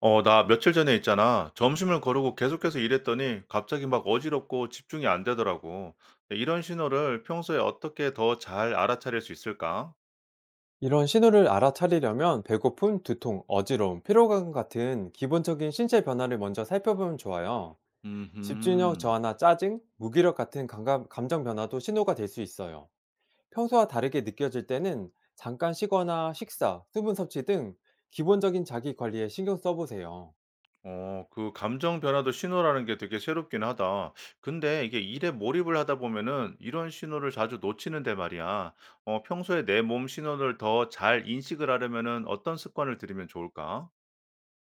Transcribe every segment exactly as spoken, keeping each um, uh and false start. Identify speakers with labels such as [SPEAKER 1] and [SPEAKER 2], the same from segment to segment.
[SPEAKER 1] 어, 나 며칠 전에 있잖아. 점심을 거르고 계속해서 일했더니 갑자기 막 어지럽고 집중이 안 되더라고. 근데 이런 신호를 평소에 어떻게 더 잘 알아차릴 수 있을까?
[SPEAKER 2] 이런 신호를 알아차리려면 배고픔, 두통, 어지러움, 피로감 같은 기본적인 신체 변화를 먼저 살펴보면 좋아요. 집중력
[SPEAKER 1] 음,
[SPEAKER 2] 저하나 짜증, 무기력 같은 감감, 정 변화도 신호가 될 수 있어요. 평소와 다르게 느껴질 때는 잠깐 쉬거나 식사, 수분 섭취 등 기본적인 자기 관리에 신경 써보세요.
[SPEAKER 1] 어, 그 감정 변화도 신호라는 게 되게 새롭긴 하다. 근데 이게 일에 몰입을 하다 보면은 이런 신호를 자주 놓치는데 말이야. 어, 평소에 내 몸 신호를 더 잘 인식을 하려면은 어떤 습관을 들이면 좋을까?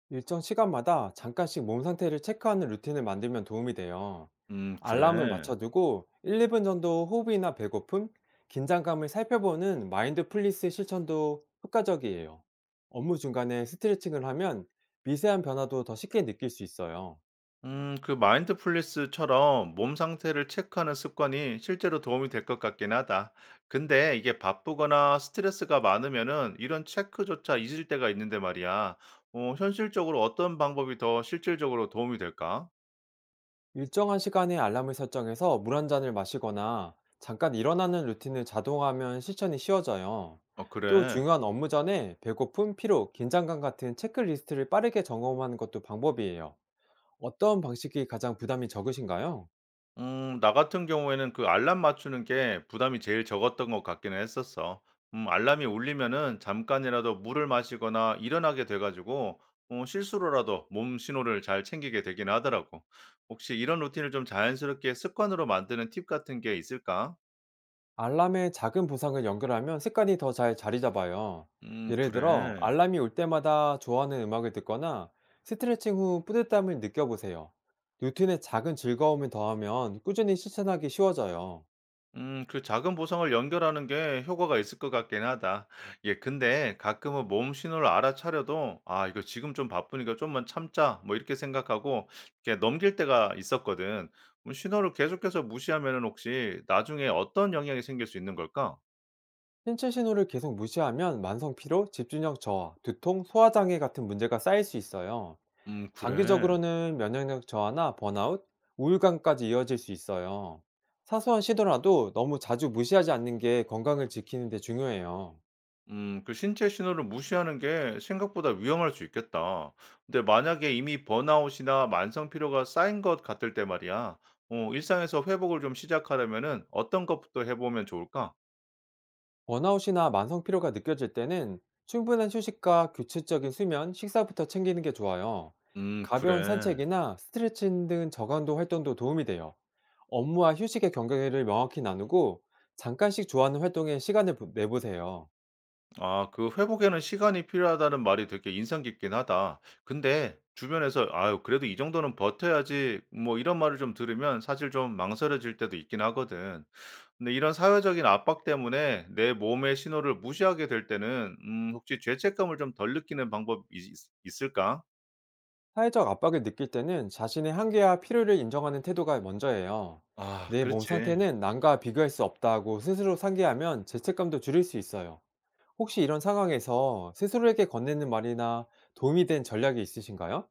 [SPEAKER 2] 일정 시간마다 잠깐씩 몸 상태를 체크하는 루틴을 만들면 도움이 돼요.
[SPEAKER 1] 음,
[SPEAKER 2] 알람을
[SPEAKER 1] 그래.
[SPEAKER 2] 맞춰두고 일, 이 분 정도 호흡이나 배고픔, 긴장감을 살펴보는 마인드풀리스 실천도 효과적이에요. 업무 중간에 스트레칭을 하면 미세한 변화도 더 쉽게 느낄 수 있어요.
[SPEAKER 1] 음, 그 마인드풀니스처럼 몸 상태를 체크하는 습관이 실제로 도움이 될 것 같긴 하다. 근데 이게 바쁘거나 스트레스가 많으면은 이런 체크조차 잊을 때가 있는데 말이야. 어, 현실적으로 어떤 방법이 더 실질적으로 도움이 될까?
[SPEAKER 2] 일정한 시간에 알람을 설정해서 물 한 잔을 마시거나 잠깐 일어나는 루틴을 자동화하면 실천이 쉬워져요.
[SPEAKER 1] 어,
[SPEAKER 2] 또
[SPEAKER 1] 그래.
[SPEAKER 2] 중요한 업무 전에 배고픔, 피로, 긴장감 같은 체크리스트를 빠르게 점검하는 것도 방법이에요. 어떤 방식이 가장 부담이 적으신가요?
[SPEAKER 1] 음, 나 같은 경우에는 그 알람 맞추는 게 부담이 제일 적었던 것 같기는 했었어. 음, 알람이 울리면은 잠깐이라도 물을 마시거나 일어나게 돼 가지고 어 실수로라도 몸 신호를 잘 챙기게 되긴 하더라고. 혹시 이런 루틴을 좀 자연스럽게 습관으로 만드는 팁 같은 게 있을까?
[SPEAKER 2] 알람에 작은 보상을 연결하면 습관이 더 잘 자리 잡아요.
[SPEAKER 1] 음,
[SPEAKER 2] 예를 들어
[SPEAKER 1] 그래.
[SPEAKER 2] 알람이 올 때마다 좋아하는 음악을 듣거나 스트레칭 후 뿌듯함을 느껴보세요. 루틴에 작은 즐거움을 더하면 꾸준히 실천하기 쉬워져요.
[SPEAKER 1] 음, 그 작은 보상을 연결하는 게 효과가 있을 것 같긴 하다. 예, 근데 가끔은 몸 신호를 알아차려도, 아, 이거 지금 좀 바쁘니까 좀만 참자, 뭐 이렇게 생각하고, 이렇게 넘길 때가 있었거든. 음, 신호를 계속해서 무시하면은 혹시 나중에 어떤 영향이 생길 수 있는 걸까?
[SPEAKER 2] 신체 신호를 계속 무시하면 만성 피로, 집중력 저하, 두통, 소화장애 같은 문제가 쌓일 수 있어요.
[SPEAKER 1] 음, 그래.
[SPEAKER 2] 장기적으로는 면역력 저하나 번아웃, 우울감까지 이어질 수 있어요. 사소한 시도라도 너무 자주 무시하지 않는 게 건강을 지키는 데 중요해요.
[SPEAKER 1] 음, 그 신체 신호를 무시하는 게 생각보다 위험할 수 있겠다. 근데 만약에 이미 번아웃이나 만성 피로가 쌓인 것 같을 때 말이야. 어, 일상에서 회복을 좀 시작하려면은 어떤 것부터 해보면 좋을까?
[SPEAKER 2] 번아웃이나 만성 피로가 느껴질 때는 충분한 휴식과 규칙적인 수면, 식사부터 챙기는 게 좋아요.
[SPEAKER 1] 음,
[SPEAKER 2] 가벼운
[SPEAKER 1] 그래.
[SPEAKER 2] 산책이나 스트레칭 등 저강도 활동도 도움이 돼요. 업무와 휴식의 경계를 명확히 나누고 잠깐씩 좋아하는 활동에 시간을 부- 내보세요.
[SPEAKER 1] 아, 그 회복에는 시간이 필요하다는 말이 되게 인상 깊긴 하다. 근데 주변에서 아유, 그래도 이 정도는 버텨야지 뭐 이런 말을 좀 들으면 사실 좀 망설여질 때도 있긴 하거든. 근데 이런 사회적인 압박 때문에 내 몸의 신호를 무시하게 될 때는 음, 혹시 죄책감을 좀 덜 느끼는 방법이 있 있을까?
[SPEAKER 2] 사회적 압박을 느낄 때는 자신의 한계와 필요를 인정하는 태도가 먼저예요.
[SPEAKER 1] 아,
[SPEAKER 2] 내 몸
[SPEAKER 1] 그렇지.
[SPEAKER 2] 상태는 남과 비교할 수 없다고 스스로 상기하면 죄책감도 줄일 수 있어요. 혹시 이런 상황에서 스스로에게 건네는 말이나 도움이 된 전략이 있으신가요?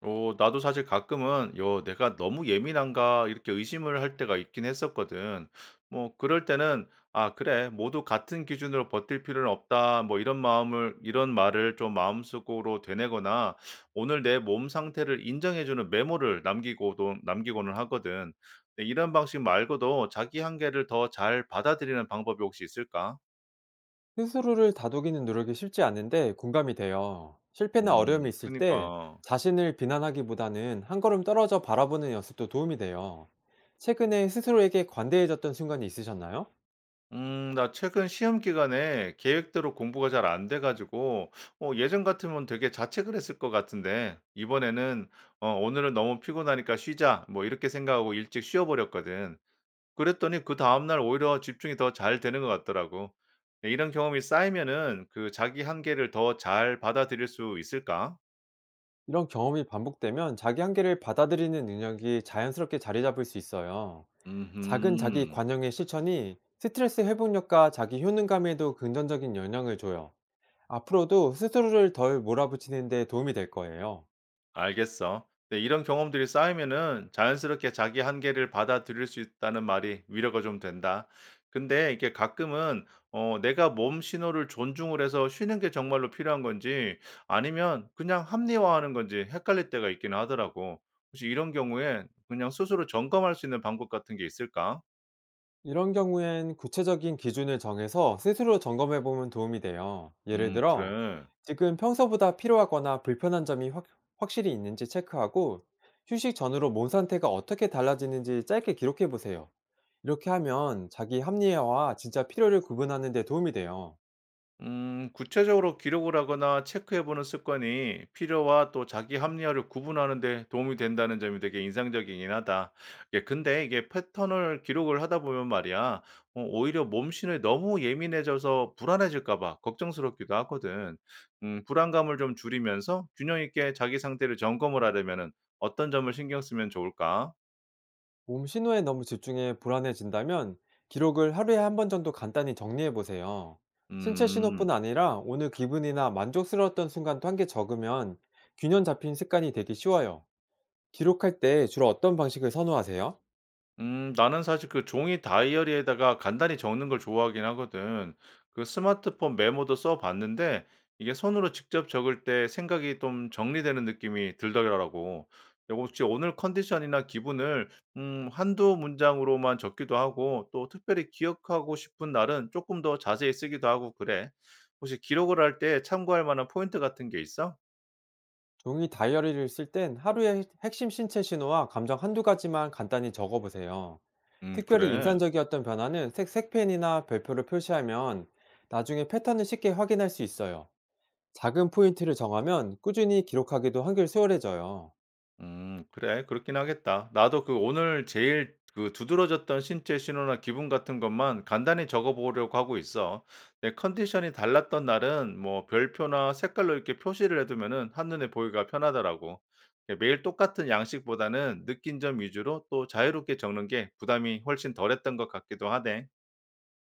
[SPEAKER 1] 어 나도 사실 가끔은 요 내가 너무 예민한가?' 이렇게 의심을 할 때가 있긴 했었거든. 뭐 그럴 때는 '아 그래. 모두 같은 기준으로 버틸 필요는 없다.' 뭐 이런 마음을 이런 말을 좀 마음속으로 되뇌거나 오늘 내 몸 상태를 인정해 주는 메모를 남기고도 남기고는 하거든. 근데 이런 방식 말고도 자기 한계를 더 잘 받아들이는 방법이 혹시 있을까?
[SPEAKER 2] 스스로를 다독이는 노력이 쉽지 않은데 공감이 돼요. 실패나 어려움이
[SPEAKER 1] 음,
[SPEAKER 2] 있을 때
[SPEAKER 1] 그니까.
[SPEAKER 2] 자신을 비난하기보다는 한 걸음 떨어져 바라보는 연습도 도움이 돼요. 최근에 스스로에게 관대해졌던 순간이 있으셨나요?
[SPEAKER 1] 음, 나 최근 시험 기간에 계획대로 공부가 잘 안 돼 가지고 어 예전 같으면 되게 자책을 했을 것 같은데 이번에는 어 '오늘은 너무 피곤하니까 쉬자.' 뭐 이렇게 생각하고 일찍 쉬어 버렸거든. 그랬더니 그다음 날 오히려 집중이 더 잘 되는 것 같더라고. 네, 이런 경험이 쌓이면은 그 자기 한계를 더 잘 받아들일 수 있을까?
[SPEAKER 2] 이런 경험이 반복되면 자기 한계를 받아들이는 능력이 자연스럽게 자리 잡을 수 있어요. 작은 자기
[SPEAKER 1] 음흠.
[SPEAKER 2] 관용의 실천이 스트레스 회복력과 자기 효능감에도 긍정적인 영향을 줘요. 앞으로도 스스로를 덜 몰아붙이는 데 도움이 될 거예요.
[SPEAKER 1] 알겠어. 네, 이런 경험들이 쌓이면은 자연스럽게 자기 한계를 받아들일 수 있다는 말이 위로가 좀 된다. 근데 이게 가끔은 어, 내가 몸 신호를 존중을 해서 쉬는 게 정말로 필요한 건지 아니면 그냥 합리화하는 건지 헷갈릴 때가 있기는 하더라고. 혹시 이런 경우에 그냥 스스로 점검할 수 있는 방법 같은 게 있을까?
[SPEAKER 2] 이런 경우엔 구체적인 기준을 정해서 스스로 점검해 보면 도움이 돼요. 예를
[SPEAKER 1] 음,
[SPEAKER 2] 들어,
[SPEAKER 1] 그래.
[SPEAKER 2] 지금 평소보다 필요하거나 불편한 점이 확, 확실히 있는지 체크하고, 휴식 전후로 몸 상태가 어떻게 달라지는지 짧게 기록해 보세요. 이렇게 하면 자기 합리화와 진짜 필요를 구분하는 데 도움이 돼요.
[SPEAKER 1] 음, 구체적으로 기록을 하거나 체크해보는 습관이 필요와 또 자기 합리화를 구분하는 데 도움이 된다는 점이 되게 인상적이긴 하다. 예, 근데 이게 패턴을 기록을 하다 보면 말이야, 어, 오히려 몸신에 너무 예민해져서 불안해질까 봐 걱정스럽기도 하거든. 음, 불안감을 좀 줄이면서 균형 있게 자기 상태를 점검을 하려면은 어떤 점을 신경 쓰면 좋을까?
[SPEAKER 2] 몸 신호에 너무 집중해 불안해진다면 기록을 하루에 한 번 정도 간단히 정리해 보세요. 신체
[SPEAKER 1] 음.
[SPEAKER 2] 신호뿐 아니라 오늘 기분이나 만족스러웠던 순간도 한 개 적으면 균형 잡힌 습관이 되기 쉬워요. 기록할 때 주로 어떤 방식을 선호하세요?
[SPEAKER 1] 음, 나는 사실 그 종이 다이어리에다가 간단히 적는 걸 좋아하긴 하거든. 그 스마트폰 메모도 써 봤는데 이게 손으로 직접 적을 때 생각이 좀 정리되는 느낌이 들더라고. 근데 혹시 오늘 컨디션이나 기분을 음두 문장으로만 적기도 하고 또 특별히 기억하고 싶은 날은 조금 더 자세히 쓰기도 하고 그래. 혹시 기록을 할 때 참고할 만한 포인트 같은 게 있어?
[SPEAKER 2] 종이 다이어리를 쓸 땐 하루의 핵심 신체 신호와 감정 한두 가지만 간단히 적어 보세요.
[SPEAKER 1] 음,
[SPEAKER 2] 특별히
[SPEAKER 1] 그래.
[SPEAKER 2] 인상적이었던 변화는 색색펜이나 별표로 표시하면 나중에 패턴을 쉽게 확인할 수 있어요. 작은 포인트를 정하면 꾸준히 기록하기도 한결 수월해져요.
[SPEAKER 1] 음 그래. 그렇긴 하겠다. 나도 그 오늘 제일 그 두드러졌던 신체 신호나 기분 같은 것만 간단히 적어 보려고 하고 있어. 내 컨디션이 달랐던 날은 뭐 별표나 색깔로 이렇게 표시를 해 두면은 한눈에 보기가 편하더라고. 이렇게 매일 똑같은 양식보다는 느낀 점 위주로 또 자유롭게 적는 게 부담이 훨씬 덜했던 것 같기도 하네.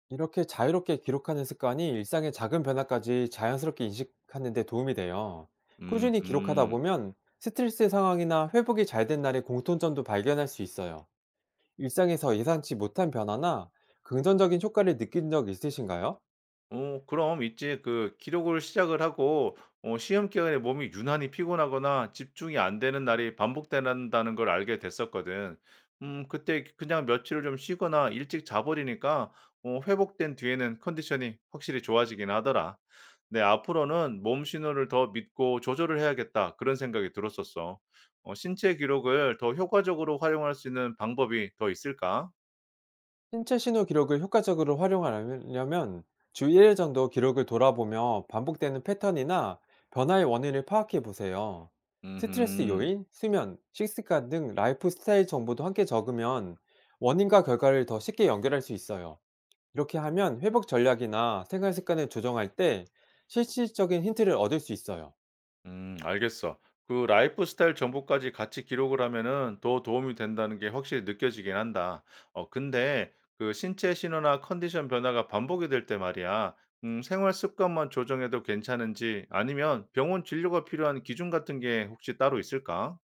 [SPEAKER 2] 이렇게 자유롭게 기록하는 습관이 일상의 작은 변화까지 자연스럽게 인식하는 데 도움이 돼요. 꾸준히 기록하다
[SPEAKER 1] 음음.
[SPEAKER 2] 보면 스트레스 상황이나 회복이 잘 된 날의 공통점도 발견할 수 있어요. 일상에서 예상치 못한 변화나 긍정적인 효과를 느낀 적 있으신가요?
[SPEAKER 1] 어 그럼 있지 그 기록을 시작을 하고 어 시험 기간에 몸이 유난히 피곤하거나 집중이 안 되는 날이 반복된다는 걸 알게 됐었거든. 음, 그때 그냥 며칠을 좀 쉬거나 일찍 자 버리니까 어 회복된 뒤에는 컨디션이 확실히 좋아지긴 하더라. 네, '앞으로는 몸 신호를 더 믿고 조절을 해야겠다.' 그런 생각이 들었었어. 어 신체 기록을 더 효과적으로 활용할 수 있는 방법이 더 있을까?
[SPEAKER 2] 신체 신호 기록을 효과적으로 활용하려면 주 일 일 정도 기록을 돌아보며 반복되는 패턴이나 변화의 원인을 파악해 보세요. 스트레스
[SPEAKER 1] 음흠.
[SPEAKER 2] 요인, 수면, 식습관 등 라이프 스타일 정보도 함께 적으면 원인과 결과를 더 쉽게 연결할 수 있어요. 이렇게 하면 회복 전략이나 생활 습관을 조정할 때 실질적인 힌트를 얻을 수 있어요.
[SPEAKER 1] 음, 알겠어. 그 라이프 스타일 정보까지 같이 기록을 하면은 더 도움이 된다는 게 확실히 느껴지긴 한다. 어, 근데 그 신체 신호나 컨디션 변화가 반복이 될 때 말이야. 음, 생활 습관만 조정해도 괜찮은지 아니면 병원 진료가 필요한 기준 같은 게 혹시 따로 있을까?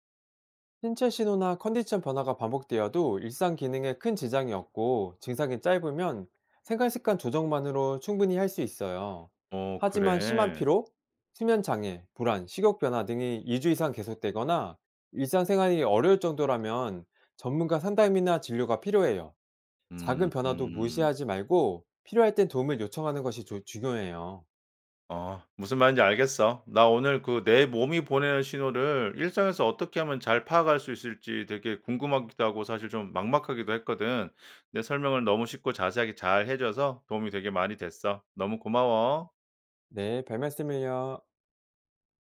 [SPEAKER 2] 신체 신호나 컨디션 변화가 반복되어도 일상 기능에 큰 지장이 없고 증상이 짧으면 생활 습관 조정만으로 충분히 할 수 있어요.
[SPEAKER 1] 어,
[SPEAKER 2] 하지만 심한
[SPEAKER 1] 그래.
[SPEAKER 2] 피로, 수면 장애, 불안, 식욕 변화 등이 이 주 이상 계속되거나 일상생활이 어려울 정도라면 전문가 상담이나 진료가 필요해요.
[SPEAKER 1] 음,
[SPEAKER 2] 작은 변화도
[SPEAKER 1] 음.
[SPEAKER 2] 무시하지 말고 필요할 땐 도움을 요청하는 것이 조- 중요해요.
[SPEAKER 1] 어 무슨 말인지 알겠어. 나 오늘 그 내 몸이 보내는 신호를 일상에서 어떻게 하면 잘 파악할 수 있을지 되게 궁금하기도 하고 사실 좀 막막하기도 했거든. 내 설명을 너무 쉽고 자세하게 잘 해줘서 도움이 되게 많이 됐어. 너무 고마워.
[SPEAKER 2] 네, 별 말씀을요.